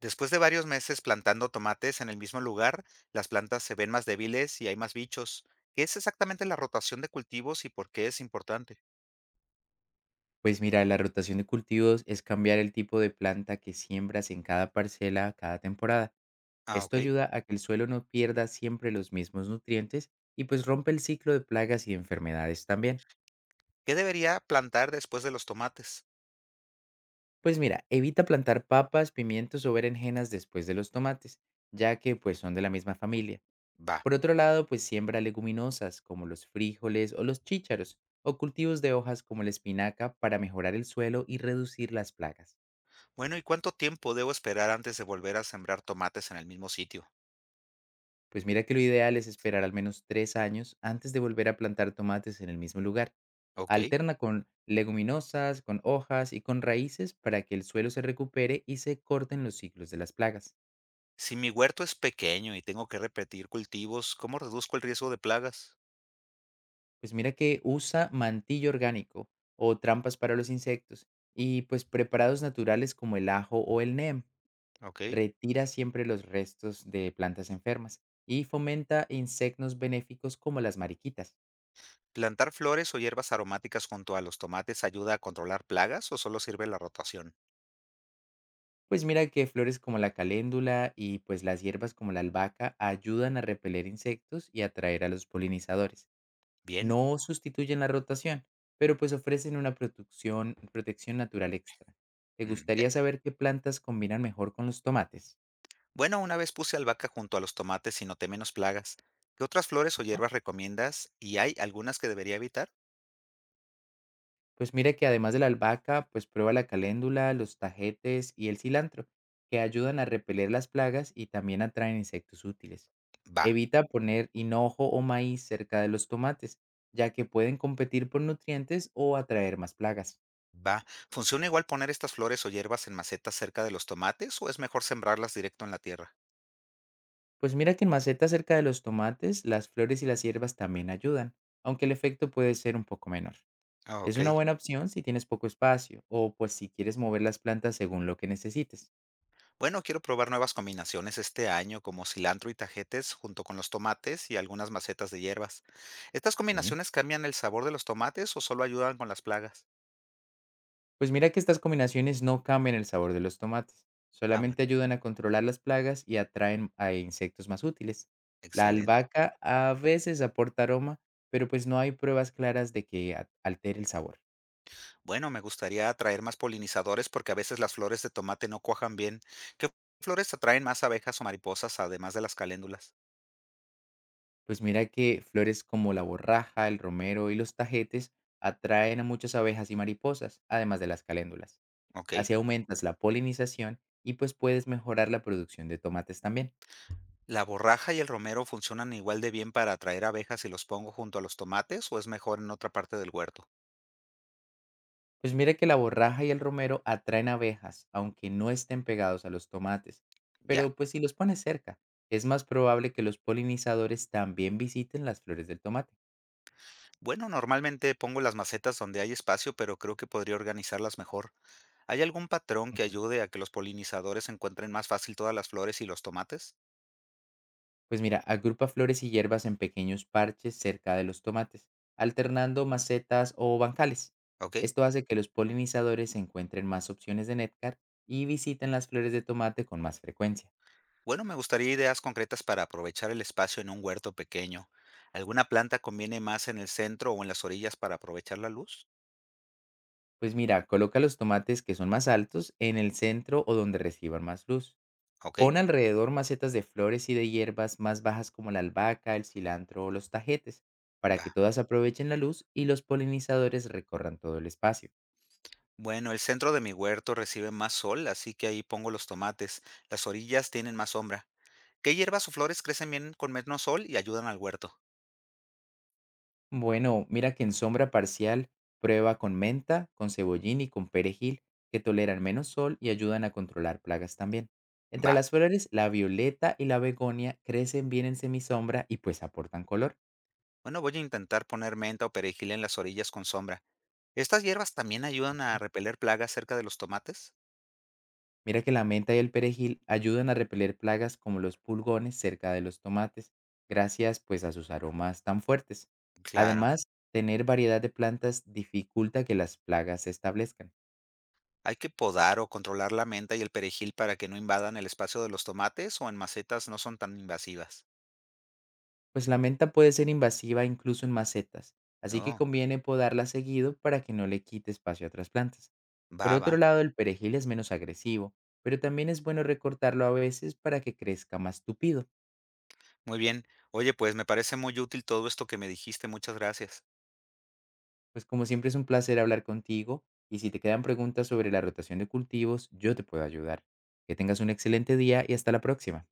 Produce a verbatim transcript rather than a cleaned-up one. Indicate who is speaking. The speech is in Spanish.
Speaker 1: Después de varios meses plantando tomates en el mismo lugar, las plantas se ven más débiles y hay más bichos. ¿Qué es exactamente la rotación de cultivos y por qué es importante?
Speaker 2: Pues mira, la rotación de cultivos es cambiar el tipo de planta que siembras en cada parcela cada temporada.
Speaker 1: Ah,
Speaker 2: Esto
Speaker 1: ok.
Speaker 2: ayuda a que el suelo no pierda siempre los mismos nutrientes y pues rompe el ciclo de plagas y enfermedades también.
Speaker 1: ¿Qué debería plantar después de los tomates?
Speaker 2: Pues mira, evita plantar papas, pimientos o berenjenas después de los tomates, ya que pues son de la misma familia.
Speaker 1: Va.
Speaker 2: Por otro lado, pues siembra leguminosas como los frijoles o los chícharos o cultivos de hojas como la espinaca para mejorar el suelo y reducir las plagas.
Speaker 1: Bueno, ¿y cuánto tiempo debo esperar antes de volver a sembrar tomates en el mismo sitio?
Speaker 2: Pues mira que lo ideal es esperar al menos tres años antes de volver a plantar tomates en el mismo lugar.
Speaker 1: Ok.
Speaker 2: Alterna con leguminosas, con hojas y con raíces para que el suelo se recupere y se corten los ciclos de las plagas.
Speaker 1: Si mi huerto es pequeño y tengo que repetir cultivos, ¿cómo reduzco el riesgo de plagas?
Speaker 2: Pues mira que usa mantillo orgánico o trampas para los insectos y pues preparados naturales como el ajo o el neem.
Speaker 1: Ok.
Speaker 2: Retira siempre los restos de plantas enfermas y fomenta insectos benéficos como las mariquitas.
Speaker 1: ¿Plantar flores o hierbas aromáticas junto a los tomates ayuda a controlar plagas o solo sirve la rotación?
Speaker 2: Pues mira que flores como la caléndula y pues las hierbas como la albahaca ayudan a repeler insectos y atraer a los polinizadores.
Speaker 1: Bien.
Speaker 2: No sustituyen la rotación, pero pues ofrecen una protección, protección natural extra. ¿Te
Speaker 1: Mm, ya.
Speaker 2: gustaría saber qué plantas combinan mejor con los tomates?
Speaker 1: Bueno, una vez puse albahaca junto a los tomates y noté menos plagas. ¿Qué otras flores o hierbas recomiendas? ¿Y hay algunas que debería evitar?
Speaker 2: Pues mira que además de la albahaca, pues prueba la caléndula, los tajetes y el cilantro, que ayudan a repeler las plagas y también atraen insectos útiles.
Speaker 1: Va,
Speaker 2: Evita poner hinojo o maíz cerca de los tomates, ya que pueden competir por nutrientes o atraer más plagas.
Speaker 1: va. ¿Funciona igual poner estas flores o hierbas en macetas cerca de los tomates o es mejor sembrarlas directo en la tierra?
Speaker 2: Pues mira que en macetas cerca de los tomates, las flores y las hierbas también ayudan, aunque el efecto puede ser un poco menor.
Speaker 1: Ah,
Speaker 2: Es
Speaker 1: ok.
Speaker 2: una buena opción si tienes poco espacio o pues si quieres mover las plantas según lo que necesites.
Speaker 1: Bueno, quiero probar nuevas combinaciones este año, como cilantro y tajetes junto con los tomates y algunas macetas de hierbas. ¿Estas
Speaker 2: Sí.
Speaker 1: combinaciones cambian el sabor de los tomates o solo ayudan con las plagas?
Speaker 2: Pues mira que estas combinaciones no cambian el sabor de los tomates,
Speaker 1: Ah, bueno,
Speaker 2: solamente ayudan a controlar las plagas y atraen a insectos más útiles. La
Speaker 1: excelente.
Speaker 2: albahaca a veces aporta aroma, pero pues no hay pruebas claras de que a- altere el sabor.
Speaker 1: Bueno, me gustaría atraer más polinizadores porque a veces las flores de tomate no cuajan bien. ¿Qué flores atraen más abejas o mariposas además de las caléndulas?
Speaker 2: Pues mira que flores como la borraja, el romero y los tajetes atraen a muchas abejas y mariposas, además de las caléndulas.
Speaker 1: Ok.
Speaker 2: Así aumentas la polinización y pues puedes mejorar la producción de tomates también.
Speaker 1: ¿La borraja y el romero funcionan igual de bien para atraer abejas si los pongo junto a los tomates o es mejor en otra parte del huerto?
Speaker 2: Pues mira que la borraja y el romero atraen abejas, aunque no estén pegados a los tomates.
Speaker 1: Ya.
Speaker 2: Pero pues si los pones cerca, es más probable que los polinizadores también visiten las flores del tomate.
Speaker 1: Bueno, normalmente pongo las macetas donde hay espacio, pero creo que podría organizarlas mejor. ¿Hay algún patrón que
Speaker 2: Ujú.
Speaker 1: ayude a que los polinizadores encuentren más fácil todas las flores y los tomates?
Speaker 2: Pues mira, agrupa flores y hierbas en pequeños parches cerca de los tomates, alternando macetas o bancales.
Speaker 1: Ok.
Speaker 2: Esto hace que los polinizadores encuentren más opciones de néctar y visiten las flores de tomate con más frecuencia.
Speaker 1: Bueno, me gustaría ideas concretas para aprovechar el espacio en un huerto pequeño. ¿Alguna planta conviene más en el centro o en las orillas para aprovechar la luz?
Speaker 2: Pues mira, coloca los tomates que son más altos en el centro o donde reciban más luz.
Speaker 1: Ok,
Speaker 2: Pon alrededor macetas de flores y de hierbas más bajas como la albahaca, el cilantro o los tajetes, para
Speaker 1: va.
Speaker 2: que todas aprovechen la luz y los polinizadores recorran todo el espacio.
Speaker 1: Bueno, el centro de mi huerto recibe más sol, así que ahí pongo los tomates. Las orillas tienen más sombra. ¿Qué hierbas o flores crecen bien con menos sol y ayudan al huerto?
Speaker 2: Bueno, mira que en sombra parcial prueba con menta, con cebollín y con perejil, que toleran menos sol y ayudan a controlar plagas también. Entre
Speaker 1: Va.
Speaker 2: las flores, la violeta y la begonia crecen bien en semisombra y pues aportan color.
Speaker 1: Bueno, voy a intentar poner menta o perejil en las orillas con sombra. ¿Estas hierbas también ayudan a repeler plagas cerca de los tomates?
Speaker 2: Mira que la menta y el perejil ayudan a repeler plagas como los pulgones cerca de los tomates, gracias pues a sus aromas tan fuertes.
Speaker 1: Claro.
Speaker 2: Además, tener variedad de plantas dificulta que las plagas se establezcan,
Speaker 1: ¿Hay que podar o controlar la menta y el perejil para que no invadan el espacio de los tomates o en macetas no son tan invasivas?
Speaker 2: pues la menta puede ser invasiva incluso en macetas, así que
Speaker 1: No,
Speaker 2: conviene podarla seguido para que no le quite espacio a otras plantas. Por
Speaker 1: va, va.
Speaker 2: otro lado, el perejil es menos agresivo, pero también es bueno recortarlo a veces para que crezca más tupido.
Speaker 1: Muy bien. Oye, pues me parece muy útil todo esto que me dijiste. Muchas gracias.
Speaker 2: Pues como siempre es un placer hablar contigo y si te quedan preguntas sobre la rotación de cultivos, yo te puedo ayudar. Que tengas un excelente día y hasta la próxima.